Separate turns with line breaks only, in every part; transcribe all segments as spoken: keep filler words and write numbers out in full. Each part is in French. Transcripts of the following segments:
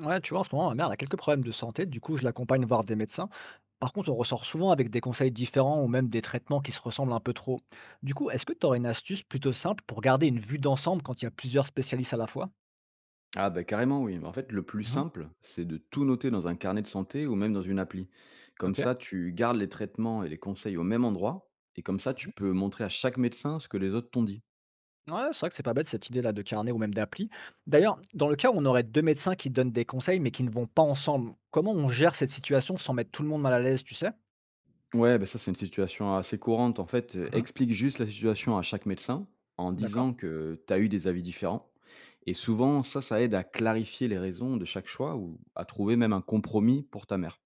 Ouais, tu vois, en ce moment, ma mère elle a quelques problèmes de santé, du coup, je l'accompagne voir des médecins. Par contre, on ressort souvent avec des conseils différents ou même des traitements qui se ressemblent un peu trop. Du coup, est-ce que tu aurais une astuce plutôt simple pour garder une vue d'ensemble quand il y a plusieurs spécialistes à la fois?
Ah bah carrément oui. Mais en fait, le plus
Mhm.
simple, c'est de tout noter dans un carnet de santé ou même dans une appli. Comme
Ok.
ça, tu gardes les traitements et les conseils au même endroit. Et comme ça,
Mhm.
tu peux montrer à chaque médecin ce que les autres t'ont dit.
Ouais, c'est vrai que c'est pas bête cette idée-là de carnet ou même d'appli. D'ailleurs, dans le cas où on aurait deux médecins qui donnent des conseils mais qui ne vont pas ensemble, comment on gère cette situation sans mettre tout le monde mal à l'aise, tu sais?
Ouais, bah ça c'est une situation assez courante. En fait, euh,
Mhm.
explique juste la situation à chaque médecin en
D'accord.
disant que tu as eu des avis différents. Et souvent, ça, ça aide à clarifier les raisons de chaque choix ou à trouver même un compromis pour ta mère.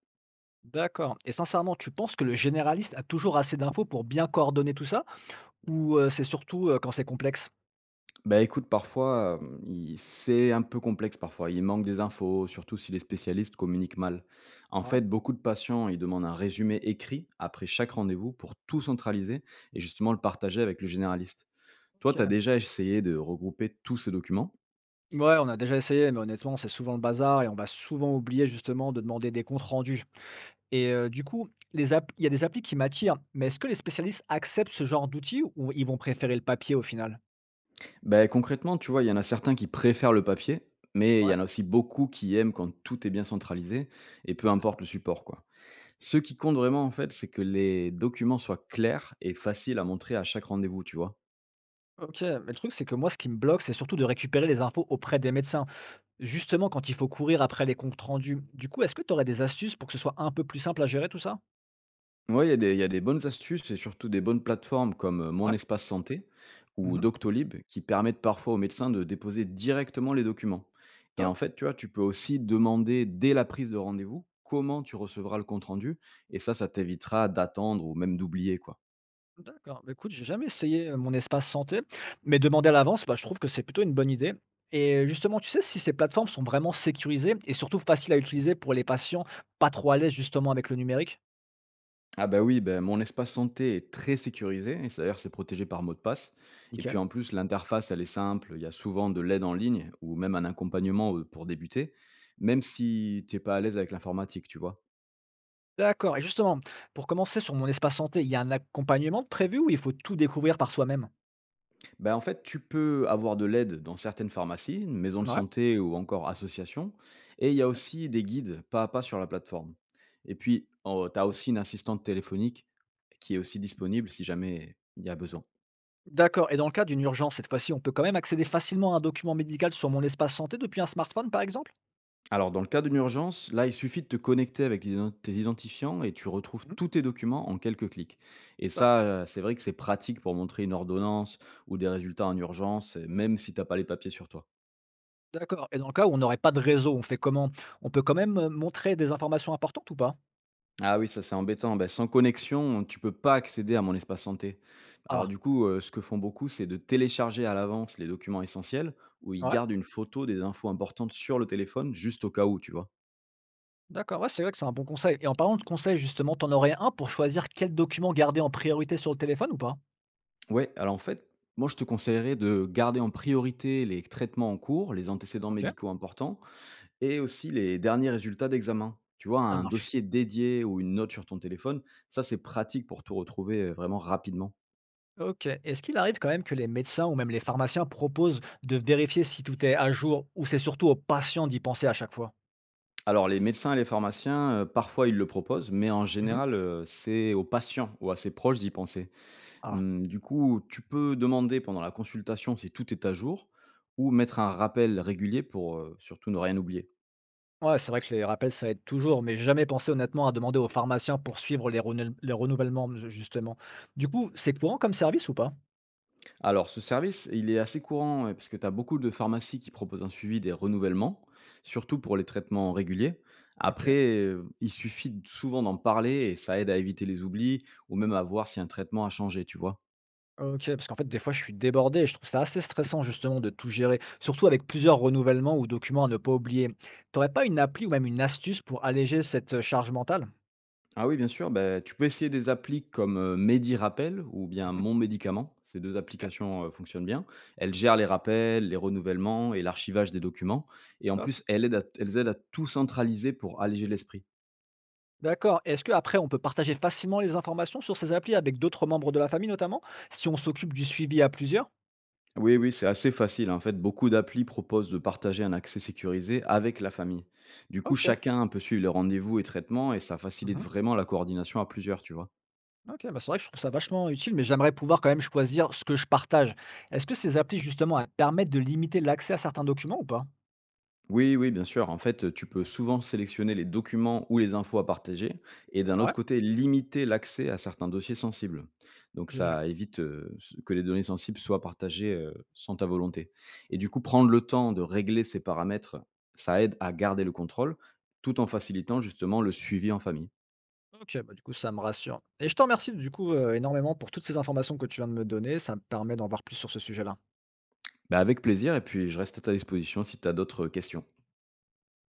D'accord. Et sincèrement, tu penses que le généraliste a toujours assez d'infos pour bien coordonner tout ça? Ou, heu, c'est surtout, heu, quand c'est complexe.
Bah, écoute, parfois, hem, il c'est un peu complexe parfois. Il manque des infos, surtout si les spécialistes communiquent mal. En
Ah ouais?
fait, beaucoup de patients, ils demandent un résumé écrit après chaque rendez-vous pour tout centraliser et justement le partager avec le généraliste. Toi, tu as
OK.
déjà essayé de regrouper tous ces documents?
Ouais, on a déjà essayé, mais honnêtement, c'est souvent le bazar et on va souvent oublier justement de demander des comptes rendus et heu, du coup, les app il y a des applis qui m'attirent, mais est-ce que les spécialistes acceptent ce genre d'outils ou ils vont préférer le papier au final?
Bah, concrètement, tu vois, il y en a certains qui préfèrent le papier, mais il
Ouais,
y en a aussi beaucoup qui aiment quand tout est bien centralisé et
ah,
peu
c'est ça.
importe le support, quoi. Ce qui compte vraiment, en fait, c'est que les documents soient clairs et faciles à montrer à chaque rendez-vous, tu vois?
OK, mais le truc, c'est que moi, ce qui me bloque, c'est surtout de récupérer les infos auprès des médecins, justement quand il faut courir après les comptes rendus. Du coup, est-ce que tu aurais des astuces pour que ce soit un peu plus simple à gérer tout ça?
Ouais, il y a des il y a des bonnes astuces et surtout des bonnes plateformes comme, heu, Mon
Ouais.
espace santé ou
Mmh.
Doctolib qui permettent parfois aux médecins de déposer directement les documents et en
Top.
fait, tu vois, tu peux aussi demander dès la prise de rendez-vous comment tu recevras le compte rendu et ça, ça t'évitera d'attendre ou même d'oublier, quoi.
D'accord. Bah, écoute, j'ai jamais essayé, heu, Mon espace santé, mais demander à l'avance, bah, je trouve que c'est plutôt une bonne idée et justement, tu sais si ces plateformes sont vraiment sécurisées et surtout faciles à utiliser pour les patients pas trop à l'aise justement avec le numérique?
Ah bah, oui, ben, Mon espace santé est très sécurisé et c'est d'ailleurs, c'est protégé par mot de passe et puis,
Nickel.
en plus, l'interface, elle est simple. Il y a souvent de l'aide en ligne ou même un accompagnement, heu, pour débuter, même si tu es pas à l'aise avec l'informatique, tu vois?
D'accord et justement, pour commencer sur Mon espace santé, il y a un accompagnement de prévu ou il faut tout découvrir par soi-même?
Ben en fait, tu peux avoir de l'aide dans certaines pharmacies, maisons de
Ouais.
santé ou encore associations. Et il y a aussi des guides pas à pas sur la plateforme. Et puis, oh, tu as aussi une assistante téléphonique qui est aussi disponible si jamais il y a besoin.
D'accord et dans le cas d'une urgence cette fois-ci, on peut quand même accéder facilement à un document médical sur Mon espace santé depuis un smartphone par exemple?
Alors, dans le cas d'une urgence, là, il suffit de te connecter avec l'iden- tes identifiants et tu retrouves
Mmh.
tous tes documents en quelques clics. Et ça, euh, c'est vrai que c'est pratique pour montrer une ordonnance ou des résultats en urgence, même si tu n'as pas les papiers sur toi.
D'accord et dans le cas où on n'aurait pas de réseau, on fait comment? On peut quand même, heu, montrer des informations importantes ou pas?
Ah oui, ça c'est embêtant. Ben sans connexion, tu peux pas accéder à mon espace santé. Alors
Ah,
du coup, euh, ce que font beaucoup, c'est de télécharger à l'avance les documents essentiels où ils
ouais,
gardent une photo des infos importantes sur le téléphone, juste au cas où, tu vois.
d'accord, ouais, c'est vrai que c'est un bon conseil et en parlant de conseils justement, t'en aurais un pour choisir quel document garder en priorité sur le téléphone ou pas?
Ouais, alors en fait, moi je te conseillerais de garder en priorité les traitements en cours, les antécédents
OK.
médicaux importants et aussi les derniers résultats d'examen. Tu vois,
Ça
un
marche.
dossier dédié ou une note sur ton téléphone, ça c'est pratique pour tout retrouver euh, vraiment rapidement.
OK. Est-ce qu'il arrive quand même que les médecins ou même les pharmaciens proposent de vérifier si tout est à jour ou c'est surtout aux patients d'y penser à chaque fois?
Alors les médecins et les pharmaciens, heu, parfois ils le proposent, mais en
Mmh.
général, heu, c'est aux patients ou à ses proches d'y penser.
Ah,
Mmh, du coup, tu peux demander pendant la consultation si tout est à jour ou mettre un rappel régulier pour, heu, surtout ne rien oublier.
ouais, c'est vrai que les rappels, ça aide toujours, mais j'ai jamais pensé honnêtement à demander aux pharmaciens pour suivre les renel les renouvellements, justement. Du coup, c'est courant comme service ou pas?
Alors ce service, il est assez courant, heu, parce que tu as beaucoup de pharmacies qui proposent un suivi des renouvellements, surtout pour les traitements réguliers.
OK.
Après, heu, il suffit souvent d'en parler et ça aide à éviter les oublis ou même à voir si un traitement a changé, tu vois?
OK, parce qu'en fait, des fois, je suis débordé et je trouve ça assez stressant justement de tout gérer, surtout avec plusieurs renouvellements ou documents à ne pas oublier. T'aurais pas une appli ou même une astuce pour alléger cette euh, charge mentale?
Ah oui, bien sûr, bah, tu peux essayer des applis comme euh, Medi Rappel ou bien
Mhm.
Mon Médicament. Ces deux
Super,
applications euh, fonctionnent bien. Elles gèrent les rappels, les renouvellements et l'archivage des documents. Et en
top.
plus, elles aident à, elles aident à tout centraliser pour alléger l'esprit.
D'accord. Est-ce que après, on peut partager facilement les informations sur ces applis avec d'autres membres de la famille notamment, si on s'occupe du suivi à plusieurs?
Oui, oui, c'est assez facile. En fait, beaucoup d'applis proposent de partager un accès sécurisé avec la famille. Du coup,
OK.
chacun peut suivre les rendez-vous et traitements et ça facilite
Mhm.
vraiment la coordination à plusieurs, tu vois.
OK, bah c'est vrai que je trouve ça vachement utile, mais j'aimerais pouvoir quand même choisir ce que je partage. Est-ce que ces applis justement elles permettent de limiter l'accès à certains documents ou pas?
Oui, oui, bien sûr. En fait, tu peux souvent sélectionner les documents ou les infos à partager et d'un
Ouais.
autre côté, limiter l'accès à certains dossiers sensibles. Donc,
Génial.
ça évite euh, s- que les données sensibles soient partagées euh, sans ta volonté. Et du coup, prendre le temps de régler ces paramètres, ça aide à garder le contrôle tout en facilitant justement le suivi en famille.
OK, bah, du coup, ça me rassure et je te remercie, du coup, heu, énormément pour toutes ces informations que tu viens de me donner. Ça me permet d'en voir plus sur ce sujet-là.
Bah, avec plaisir et puis je reste à ta disposition si tu as d'autres questions.